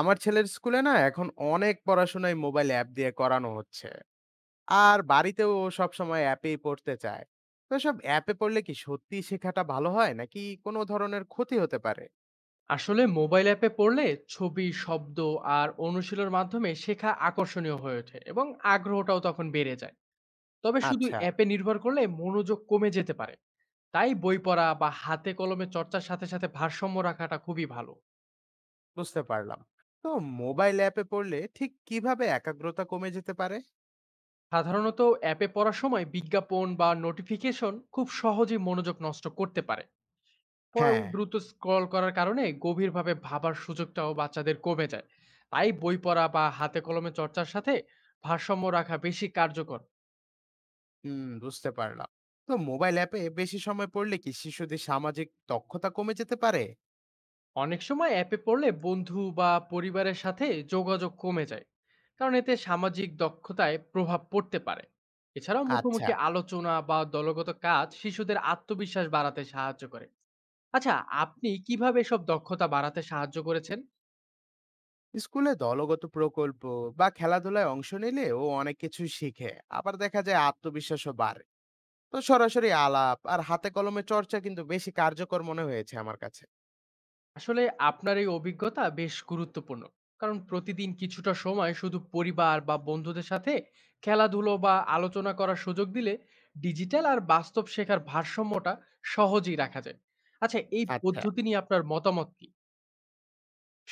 আমার ছেলের স্কুলে না এখন অনেক পড়াশোনায় মোবাইল অ্যাপ দিয়ে করানো হচ্ছে। আর বাড়িতেও ও সবসময় অ্যাপেই পড়তে চায়। তো সব অ্যাপে পড়লে কি সত্যি শেখাটা ভালো হয় নাকি কোনো ধরনের ক্ষতি হতে পারে? আসলে মোবাইল অ্যাপে পড়লে ছবি শব্দ আর অনুশীলনের মাধ্যমে শেখা আকর্ষণীয় হয়ে ওঠে এবং আগ্রহটাও তখন বেড়ে যায়। তবে শুধু আচ্ছা, অ্যাপে নির্ভর করলে মনোযোগ কমে যেতে পারে। তাই বই পড়া বা হাতে কলমে চর্চার সাথে সাথে ভারসাম্য রাখাটা খুবই ভালো। বুঝতে পারলাম। তো মোবাইল অ্যাপে পড়লে ঠিক কিভাবে একাগ্রতা কমে যেতে পারে? সাধারণত অ্যাপে পড়ার সময় বিজ্ঞাপন বা নোটিফিকেশন খুব সহজেই মনোযোগ নষ্ট করতে পারে। পরে হ্যাঁ, দ্রুত স্ক্রল করার কারণে গভীরভাবে ভাবার সুযোগটাও বাচ্চাদের কমে যায়। তাই বই পড়া বা হাতে কলমে চর্চার সাথে ভারসাম্য রাখা বেশি কার্যকর। হুম, বুঝতে পারলাম। তো মোবাইল অ্যাপে বেশি সময় পড়লে কি শিশুদের সামাজিক দক্ষতা কমে যেতে পারে? অনেক সময় অ্যাপে পড়লে বন্ধু বা পরিবারের সাথে যোগাযোগ কমে যায়, কারণ এতে সামাজিক দক্ষতায় প্রভাব পড়তে পারে। এছাড়াও আচ্ছা, মুখোমুখি আলোচনা বা দলগত কাজ শিশুদের আত্মবিশ্বাস বাড়াতে সাহায্য করে। আচ্ছা, আপনি কিভাবে এসব দক্ষতা বাড়াতে সাহায্য করেছেন? স্কুলে দলগত প্রকল্প বা খেলাধুলায় অংশ নিলে ও অনেক কিছুই শিখে। আবার দেখা যায় আত্মবিশ্বাসও বাড়ে। তো সরাসরি আলাপ আর হাতে কলমে চর্চা কিন্তু বেশি কার্যকর মনে হয়েছে আমার কাছে। আসলে আপনার এই অভিজ্ঞতা বেশ গুরুত্বপূর্ণ, কারণ প্রতিদিন কিছুটা সময় শুধু পরিবার বা বন্ধুদের সাথে খেলাধুলো বা আলোচনা করার সুযোগ দিলে ডিজিটাল আর বাস্তব শেখার ভারসাম্যটা সহজেই রাখা যায়। আচ্ছা, এই আচ্ছা, পদ্ধতি নিয়ে আপনার মতামত কি?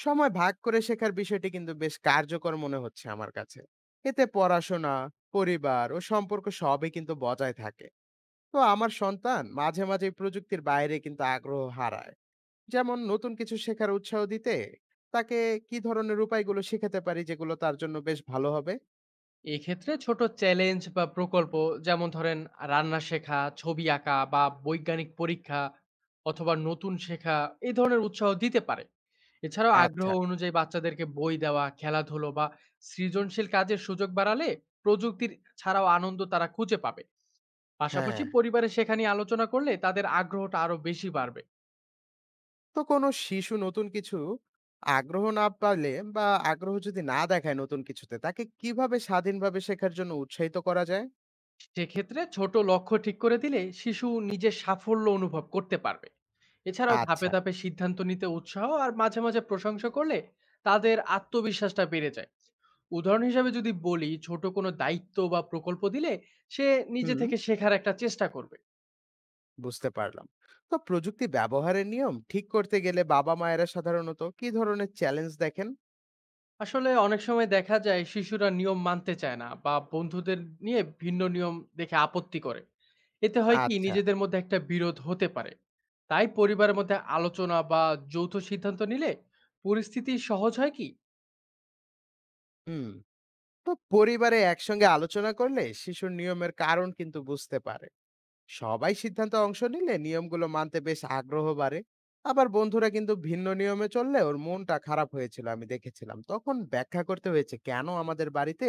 সময় ভাগ করে শেখার বিষয়টি কিন্তু বেশ কার্যকর মনে হচ্ছে আমার কাছে। এতে পড়াশোনা, পরিবার ও সম্পর্ক সবই কিন্তু বজায় থাকে। তো আমার সন্তান মাঝে মাঝে প্রযুক্তির বাইরে কিন্তু আগ্রহ হারায়। যেমন নতুন কিছু শেখার উৎসাহ দিতে তাকে কি ধরনের উপায়গুলো শেখাতে পারি যেগুলো তার জন্য বেশ ভালো হবে? এক্ষেত্রে ছোট চ্যালেঞ্জ বা প্রকল্প, যেমন ধরেন রান্না শেখা, ছবি আঁকা বা বৈজ্ঞানিক পরীক্ষা, অথবা নতুন শেখা এই ধরনের উৎসাহ দিতে পারে। এছাড়াও আগ্রহ আচ্ছা, অনুযায়ী বাচ্চাদেরকে বই দেওয়া, খেলাধুলো বা সৃজনশীল কাজের সুযোগ বাড়ালে প্রযুক্তির ছাড়াও আনন্দ তারা খুঁজে পাবে। হ্যাঁ। পাশাপাশি পরিবারে শেখা নিয়ে আলোচনা করলে তাদের আগ্রহটা আরো বেশি বাড়বে। তো কোনো শিশু নতুন কিছু আগ্রহ না পালে বা আগ্রহ যদি না দেখায় নতুন কিছুতে তাকে কিভাবে স্বাধীনভাবে শেখার জন্য উৎসাহিত করা যায়? সেক্ষেত্রে ছোট লক্ষ্য ঠিক করে দিলে শিশু নিজের সাফল্য অনুভব করতে পারবে। এছাড়াও ধাপে আচ্ছা, ধাপে সিদ্ধান্ত নিতে উৎসাহ আর মাঝে মাঝে প্রশংসা করলে তাদের আত্মবিশ্বাসটা বেড়ে যায়। উদাহরণ হিসেবে যদি বলি, ছোট কোনো দায়িত্ব বা প্রকল্প দিলে সে নিজে হুম, থেকে শেখার একটা চেষ্টা করবে। বুঝতে পারলাম। তো প্রযুক্তি ব্যবহারের নিয়ম ঠিক করতে গেলে বাবা মায়েরা সাধারণত কি ধরনের চ্যালেঞ্জ দেখেন? আসলে অনেক সময় দেখা যায় শিশুরা নিয়ম মানতে চায় না বা বন্ধুদের নিয়ে ভিন্ন নিয়ম দেখে আপত্তি করে। এতে হয় কি, আচ্ছা, নিজেদের মধ্যে একটা বিরোধ হতে পারে। তাই পরিবারের মধ্যে আলোচনা বা যৌথ সিদ্ধান্ত নিলে পরিস্থিতি সহজ হয় কি? হুম। তো পরিবারে একসঙ্গে আলোচনা করলে শিশুর নিয়মের কারণ কিন্তু বুঝতে পারে। সবাই সিদ্ধান্তে অংশ নিলে নিয়মগুলো মানতে বেশ আগ্রহ বাড়ে। আবার বন্ধুরা কিন্তু ভিন্ন নিয়মে চললে ওর মনটা খারাপ হয়েছিল, আমি দেখেছিলাম, তখন ব্যাখ্যা করতে হয়েছে কেন আমাদের বাড়িতে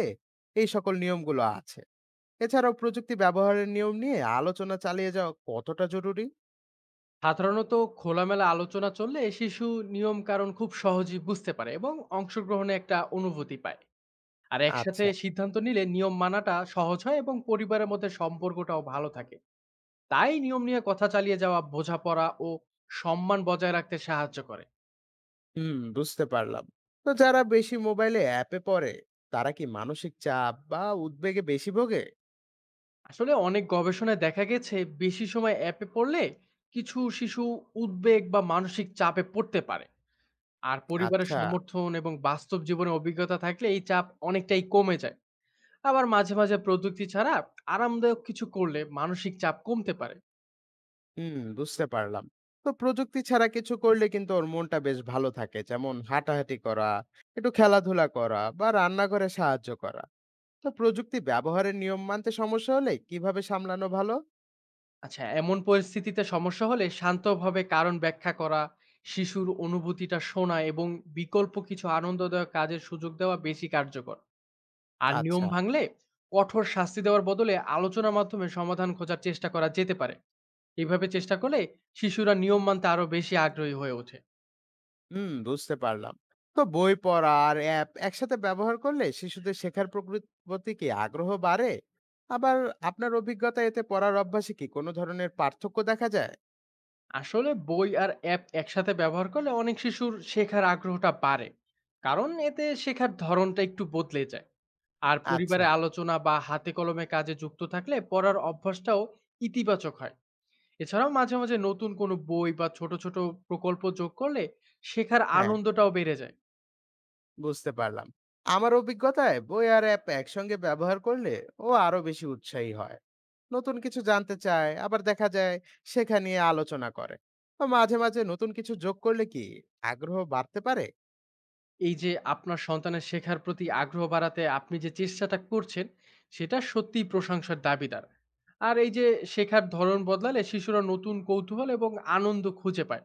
এই সকল নিয়মগুলো আছে। এছাড়াও প্রযুক্তি ব্যবহারের নিয়ম নিয়ে আলোচনা চালিয়ে যাওয়া কতটা জরুরি? সাধারণত খোলামেলা আলোচনা চললে শিশু নিয়ম কারণ খুব সহজেই বুঝতে পারে এবং অংশগ্রহণে একটা অনুভূতি পায়। আর একসাথে আচ্ছা, সিদ্ধান্ত নিলে নিয়ম মানাটা সহজ হয় এবং পরিবারের মধ্যে সম্পর্কটাও ভালো থাকে। তাই নিয়ম নিয়ে কথা চালিয়ে যাওয়া বোঝাপড়া ও সম্মান বজায় রাখতে সাহায্য করে। হুম, বুঝতে পারলাম। তো যারা বেশি মোবাইলে অ্যাপে পড়ে তারা কি মানসিক চাপ বা উদ্বেগে বেশি ভোগে? আসলে অনেক গবেষণায় দেখা গেছে বেশি সময় অ্যাপে পড়লে কিছু শিশু উদ্বেগ বা মানসিক চাপে পড়তে পারে। আর পরিবারের আচ্ছা, সমর্থন এবং বাস্তব জীবনের অভিজ্ঞতা থাকলে এই চাপ অনেকটাই কমে যায়। আবার মাঝে মাঝে প্রযুক্তি ছাড়া আরামদায়ক কিছু করলে মানসিক চাপ কমতে পারে। হুম, বুঝতে পারলাম। তো প্রযুক্তি ছাড়া কিছু করলে কিন্তু ওর মনটা বেশ ভালো থাকে। যেমন হাঁটাহাঁটি করা, একটু খেলাধুলা করা বা রান্নাঘরে সাহায্য করা। তো প্রযুক্তি ব্যবহারের নিয়ম মানতে সমস্যা হলে কিভাবে সামলানো ভালো? আচ্ছা, এমন পরিস্থিতিতে সমস্যা হলে শান্তভাবে কারণ ব্যাখ্যা করা, শিশুর অনুভূতিটা শোনা এবং বিকল্প কিছু আনন্দদায়ক কাজের সুযোগ দেওয়া বেশি কার্যকর। আর নিয়ম আচ্ছা, ভাঙলে কঠোর শাস্তি দেওয়ার বদলে আলোচনার মাধ্যমে সমাধান খোঁজার চেষ্টা করা যেতে পারে। এভাবে চেষ্টা করলে শিশুরা নিয়ম মানতে আরো বেশি আগ্রহী হয়ে ওঠে। হুম, বুঝতে পারলাম। তো বই পড়া আর অ্যাপ একসাথে ব্যবহার করলে শিশুদের শেখার প্রকৃত প্রতি কি আগ্রহ বাড়ে? আবার আপনার অভিজ্ঞতায় এতে পড়ার অভ্যাসে কি কোনো ধরনের পার্থক্য দেখা যায়? আসলে বই আর অ্যাপ একসাথে ব্যবহার করলে অনেক শিশুর শেখার আগ্রহটা বাড়ে, কারণ এতে শেখার ধরনটা একটু বদলে যায়। আর আচ্ছা, পরিবারে আলোচনা বা হাতে কলমে কাজে যুক্ত থাকলে পড়ার অভ্যাসটাও ইতিবাচক হয়। এছাড়াও মাঝে মাঝে নতুন কোনো বই বা ছোট ছোট প্রকল্প যোগ করলে শেখার হ্যাঁ, আনন্দটাও বেড়ে যায়। বুঝতে পারলাম। আমার অভিজ্ঞতায় বই আর অ্যাপ একসঙ্গে ব্যবহার করলে ও আরো বেশি উৎসাহী হয়, নতুন কিছু জানতে চায়, আবার দেখা যায় শেখা নিয়ে আলোচনা করে। তো মাঝে মাঝে নতুন কিছু যোগ করলে কি আগ্রহ বাড়তে পারে? এই যে আপনার সন্তানের শেখার প্রতি আগ্রহ বাড়াতে আপনি যে চেষ্টাটা করছেন, সেটা সত্যিই প্রশংসার দাবিদার। আর এই যে শেখার ধরন বদলালে শিশুরা নতুন কৌতূহল এবং আনন্দ খুঁজে পায়।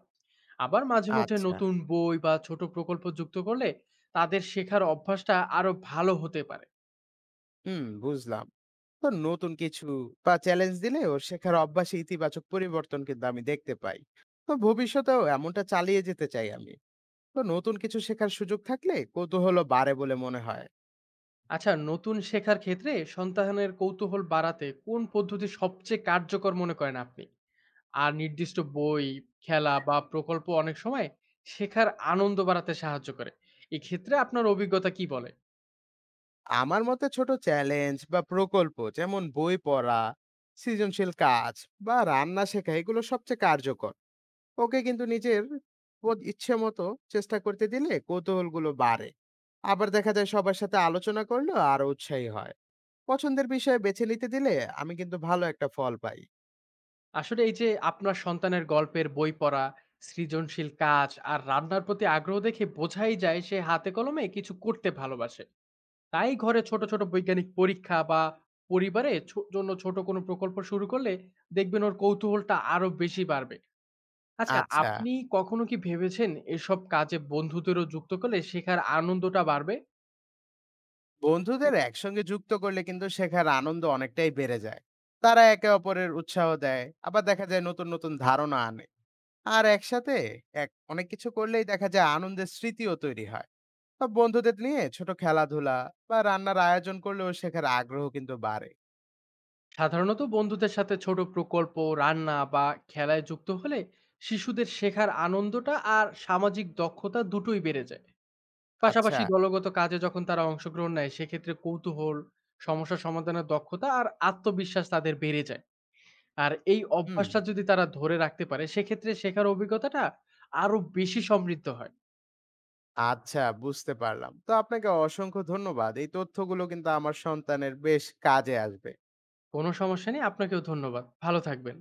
আবার মাঝে মাঝে আচ্ছা, নতুন বই বা ছোট প্রকল্প যুক্ত করলে তাদের শেখার অভ্যাসটা আরো ভালো হতে পারে। হুম, বুঝলাম। তো নতুন কিছু বা চ্যালেঞ্জ দিলে ওর শেখার অভ্যাসে ইতিবাচক পরিবর্তন কিন্তু আমি দেখতে পাই। তো ভবিষ্যতেও এমনটা চালিয়ে যেতে চাই আমি। তো নতুন কিছু শেখার সুযোগ থাকলে কৌতূহল বাড়ে বলে মনে হয়। আচ্ছা, নতুন শেখার ক্ষেত্রে সন্তানের কৌতূহল বাড়াতে কোন পদ্ধতি সবচেয়ে কার্যকর মনে করেন আপনি? আর নির্দিষ্ট বই, খেলা বা প্রকল্প অনেক সময় শেখার আনন্দ বাড়াতে সাহায্য করে। এক্ষেত্রে আপনার অভিজ্ঞতা কি বলে? আমার মতে ছোট চ্যালেঞ্জ বা প্রকল্প যেমন বই পড়া, সৃজনশীল কাজ বা রান্না শেখা এগুলো সবচেয়ে কার্যকর। ওকে কিন্তু নিজের ইচ্ছে মতো চেষ্টা করতে দিলে কৌতূহলগুলো বাড়ে। আবার দেখা যায় সবার সাথে আলোচনা করলেও আরো উৎসাহী হয়। পছন্দের বিষয়ে বেছে নিতে দিলে আমি কিন্তু ভালো একটা ফল পাই। আসলে এই যে আপনার সন্তানের গল্পের বই পড়া, সৃজনশীল কাজ আর রান্নার প্রতি আগ্রহ দেখে বোঝাই যায় সে হাতে কলমে কিছু করতে ভালোবাসে। তাই ঘরে ছোট, ছোট বৈজ্ঞানিক পরীক্ষা বা পরিবারে ছো জন্য ছোট কোনো প্রকল্প শুরু করলে দেখবেন ওর কৌতূহলটা আরো বেশি বাড়বে। আচ্ছা, আচ্ছা, আপনি কখনো কি ভেবেছেন এসব কাজে বন্ধুদেরও যুক্ত করলে শেখার আনন্দটা বাড়বে? বন্ধুদের একসঙ্গে যুক্ত করলে কিন্তু শেখার আনন্দ অনেকটাই বেড়ে যায়। তারা একে অপরের উৎসাহ দেয়, আবার দেখা যায় নতুন নতুন ধারণা আনে। আর একসাথে অনেক কিছু করলেই দেখা যায় আনন্দের স্মৃতিও তৈরি হয়। বা বন্ধুদের নিয়ে ছোট খেলাধুলা বা রান্নার আয়োজন করলেও শেখার আগ্রহ কিন্তু বাড়ে। সাধারণত বন্ধুদের সাথে ছোট প্রকল্প, রান্না বা খেলায় যুক্ত হলে শিশুদের শেখার আনন্দটা আর সামাজিক দক্ষতা দুটোই বেড়ে যায়। আচ্ছা, পাশাপাশি দলগত কাজে যখন তারা অংশগ্রহণ নেয় সেক্ষেত্রে কৌতূহল, সমস্যা সমাধানের দক্ষতা আর আত্মবিশ্বাস তাদের বেড়ে যায়। আর এই হুম, অভ্যাসটা যদি তারা ধরে রাখতে পারে সেক্ষেত্রে শেখার অভিজ্ঞতাটা আরো বেশি সমৃদ্ধ হয়। আচ্ছা, বুঝতে পারলাম। তো আপনাকে অসংখ্য ধন্যবাদ, এই তথ্যগুলো কিন্তু আমার সন্তানের বেশ কাজে আসবে। কোনো সমস্যা নেই, আপনাকেও ধন্যবাদ। ভালো থাকবেন।